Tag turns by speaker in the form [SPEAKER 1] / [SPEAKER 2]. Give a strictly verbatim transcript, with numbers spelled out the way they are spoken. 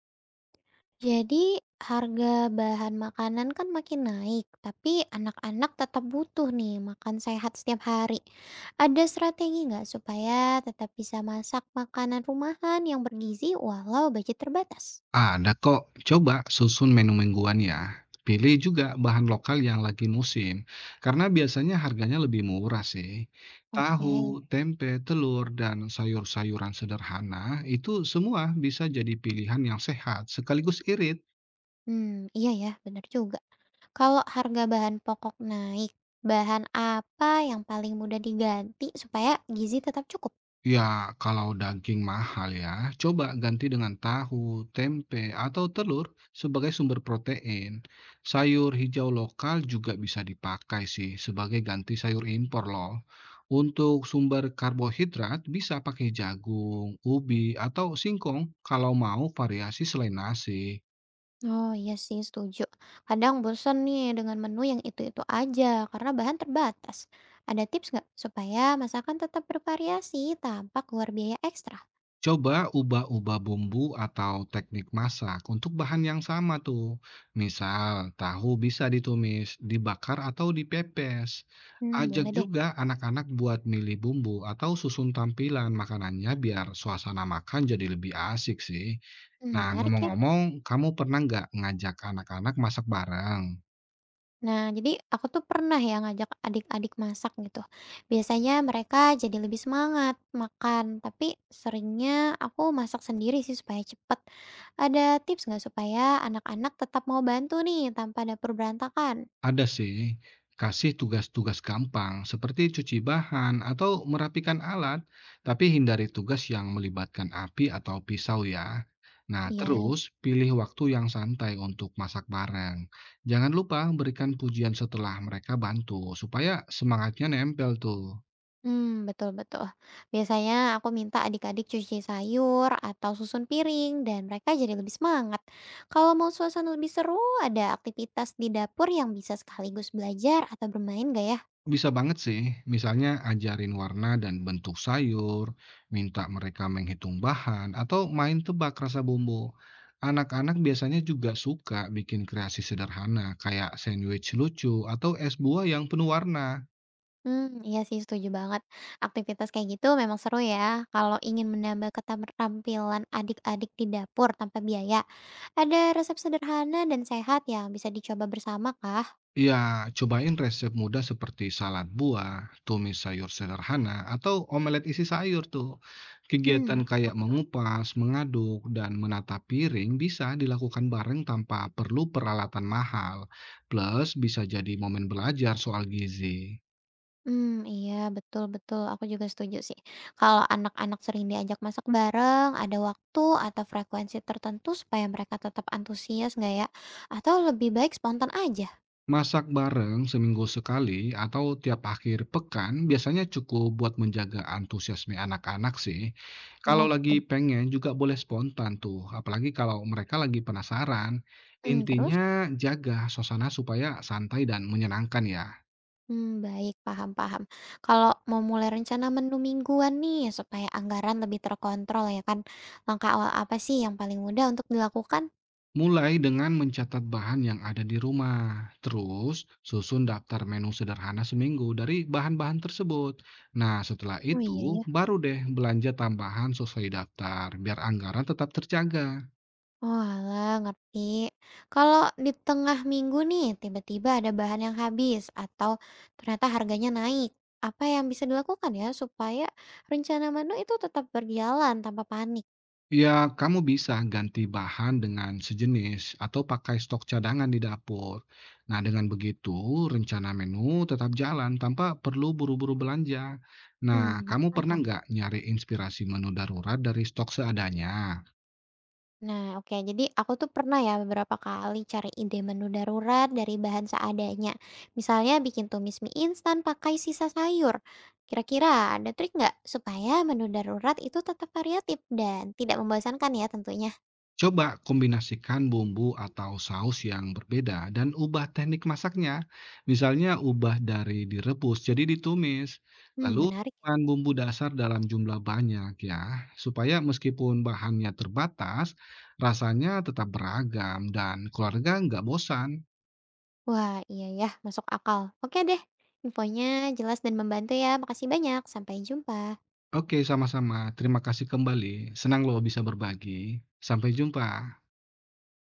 [SPEAKER 1] Jadi harga bahan makanan kan makin naik, tapi anak-anak tetap butuh nih makan sehat setiap hari. Ada strategi nggak supaya tetap bisa masak makanan rumahan yang bergizi walau budget terbatas?
[SPEAKER 2] Ada kok, coba susun menu mingguan ya. Pilih juga bahan lokal yang lagi musim, karena biasanya harganya lebih murah sih. Tahu,
[SPEAKER 1] Oke,
[SPEAKER 2] tempe, telur, dan sayur-sayuran sederhana itu semua bisa jadi pilihan yang sehat sekaligus irit.
[SPEAKER 1] hmm iya ya benar juga. Kalau harga bahan pokok naik, bahan apa yang paling mudah diganti supaya gizi tetap cukup?
[SPEAKER 2] Ya, kalau daging mahal ya, coba ganti dengan tahu, tempe, atau telur sebagai sumber protein. Sayur hijau lokal juga bisa dipakai sih sebagai ganti sayur impor loh. Untuk sumber karbohidrat bisa pakai jagung, ubi, atau singkong kalau mau variasi selain nasi.
[SPEAKER 1] Oh iya sih setuju. Kadang bosan nih dengan menu yang itu-itu aja karena bahan terbatas. Ada tips nggak supaya masakan tetap bervariasi tanpa keluar biaya ekstra?
[SPEAKER 2] Coba ubah-ubah bumbu atau teknik masak untuk bahan yang sama tuh. Misal, tahu bisa ditumis, dibakar atau dipepes.
[SPEAKER 1] Hmm,
[SPEAKER 2] Ajak
[SPEAKER 1] boleh deh.
[SPEAKER 2] juga anak-anak buat milih bumbu atau susun tampilan makanannya biar suasana makan jadi lebih asik sih.
[SPEAKER 1] Hmm,
[SPEAKER 2] Nah,
[SPEAKER 1] menarik ya.
[SPEAKER 2] ngomong-ngomong, kamu pernah nggak ngajak anak-anak masak bareng?
[SPEAKER 1] Nah, jadi aku tuh pernah ya ngajak adik-adik masak gitu. Biasanya mereka jadi lebih semangat makan, tapi seringnya aku masak sendiri sih supaya cepet. Ada tips nggak supaya anak-anak tetap mau bantu nih tanpa dapur berantakan?
[SPEAKER 2] Ada sih, kasih tugas-tugas gampang seperti cuci bahan atau merapikan alat, tapi hindari tugas yang melibatkan api atau pisau ya. Nah,
[SPEAKER 1] Iya.
[SPEAKER 2] terus pilih waktu yang santai untuk masak bareng. Jangan lupa berikan pujian setelah mereka bantu, supaya semangatnya nempel tuh.
[SPEAKER 1] Hmm betul betul. Biasanya aku minta adik-adik cuci sayur atau susun piring dan mereka jadi lebih semangat. Kalau mau suasana lebih seru, ada aktivitas di dapur yang bisa sekaligus belajar atau bermain gak ya?
[SPEAKER 2] Bisa banget sih, misalnya ajarin warna dan bentuk sayur, minta mereka menghitung bahan, atau main tebak rasa bumbu. Anak-anak biasanya juga suka bikin kreasi sederhana, kayak sandwich lucu atau es buah yang penuh warna.
[SPEAKER 1] Hmm iya sih setuju banget. Aktivitas kayak gitu memang seru ya. Kalau ingin menambah keterampilan adik-adik di dapur tanpa biaya, ada resep sederhana dan sehat yang bisa dicoba bersama kah?
[SPEAKER 2] Ya, cobain resep mudah seperti salad buah, tumis sayur sederhana, atau omelet isi sayur tuh.
[SPEAKER 1] Hmm
[SPEAKER 2] Kegiatan kayak
[SPEAKER 1] enak tuh.
[SPEAKER 2] mengupas, mengaduk, dan menata piring bisa dilakukan bareng tanpa perlu peralatan mahal. Plus, bisa jadi momen belajar soal gizi.
[SPEAKER 1] Hmm iya, betul betul, aku juga setuju sih. Kalau anak-anak sering diajak masak bareng, ada waktu atau frekuensi tertentu supaya mereka tetap antusias nggak ya? Atau lebih baik spontan aja?
[SPEAKER 2] Masak bareng seminggu sekali atau tiap akhir pekan biasanya cukup buat menjaga antusiasme anak-anak sih.
[SPEAKER 1] Oh,
[SPEAKER 2] Kalau lagi
[SPEAKER 1] gitu.
[SPEAKER 2] pengen juga boleh spontan tuh, apalagi kalau mereka lagi penasaran.
[SPEAKER 1] Hmm terus?
[SPEAKER 2] Intinya jaga suasana supaya santai dan menyenangkan ya.
[SPEAKER 1] Hmm baik, paham paham. Kalau mau mulai rencana menu mingguan nih, supaya anggaran lebih terkontrol ya kan, langkah awal apa sih yang paling mudah untuk dilakukan?
[SPEAKER 2] Mulai dengan mencatat bahan yang ada di rumah, terus susun daftar menu sederhana seminggu dari bahan-bahan tersebut. Nah, setelah
[SPEAKER 1] Oh,
[SPEAKER 2] itu
[SPEAKER 1] iya ya.
[SPEAKER 2] baru deh belanja tambahan sesuai daftar, biar anggaran tetap terjaga.
[SPEAKER 1] Oalah, ngerti. Kalau di tengah minggu nih, tiba-tiba ada bahan yang habis atau ternyata harganya naik. Apa yang bisa dilakukan ya supaya rencana menu itu tetap berjalan tanpa panik?
[SPEAKER 2] Ya, kamu bisa ganti bahan dengan sejenis atau pakai stok cadangan di dapur. Nah, dengan begitu rencana menu tetap jalan tanpa perlu buru-buru belanja. Nah,
[SPEAKER 1] Hmm,
[SPEAKER 2] kamu
[SPEAKER 1] masuk
[SPEAKER 2] pernah
[SPEAKER 1] akal.
[SPEAKER 2] nggak nyari inspirasi menu darurat dari stok seadanya?
[SPEAKER 1] Nah, oke. Jadi aku tuh pernah ya beberapa kali cari ide menu darurat dari bahan seadanya. Misalnya bikin tumis mie instan pakai sisa sayur. Kira-kira ada trik nggak supaya menu darurat itu tetap variatif dan tidak membosankan ya tentunya?
[SPEAKER 2] Coba kombinasikan bumbu atau saus yang berbeda dan ubah teknik masaknya. Misalnya ubah dari direbus jadi ditumis.
[SPEAKER 1] Hmm,
[SPEAKER 2] Lalu
[SPEAKER 1] menarik.
[SPEAKER 2] bahan bumbu dasar dalam jumlah banyak ya, supaya meskipun bahannya terbatas, rasanya tetap beragam dan keluarga nggak bosan.
[SPEAKER 1] Wah, iya ya, masuk akal. Oke deh, infonya jelas dan membantu ya. Makasih banyak, sampai jumpa.
[SPEAKER 2] Oke, sama-sama. Terima kasih kembali. Senang lo bisa berbagi. Sampai jumpa.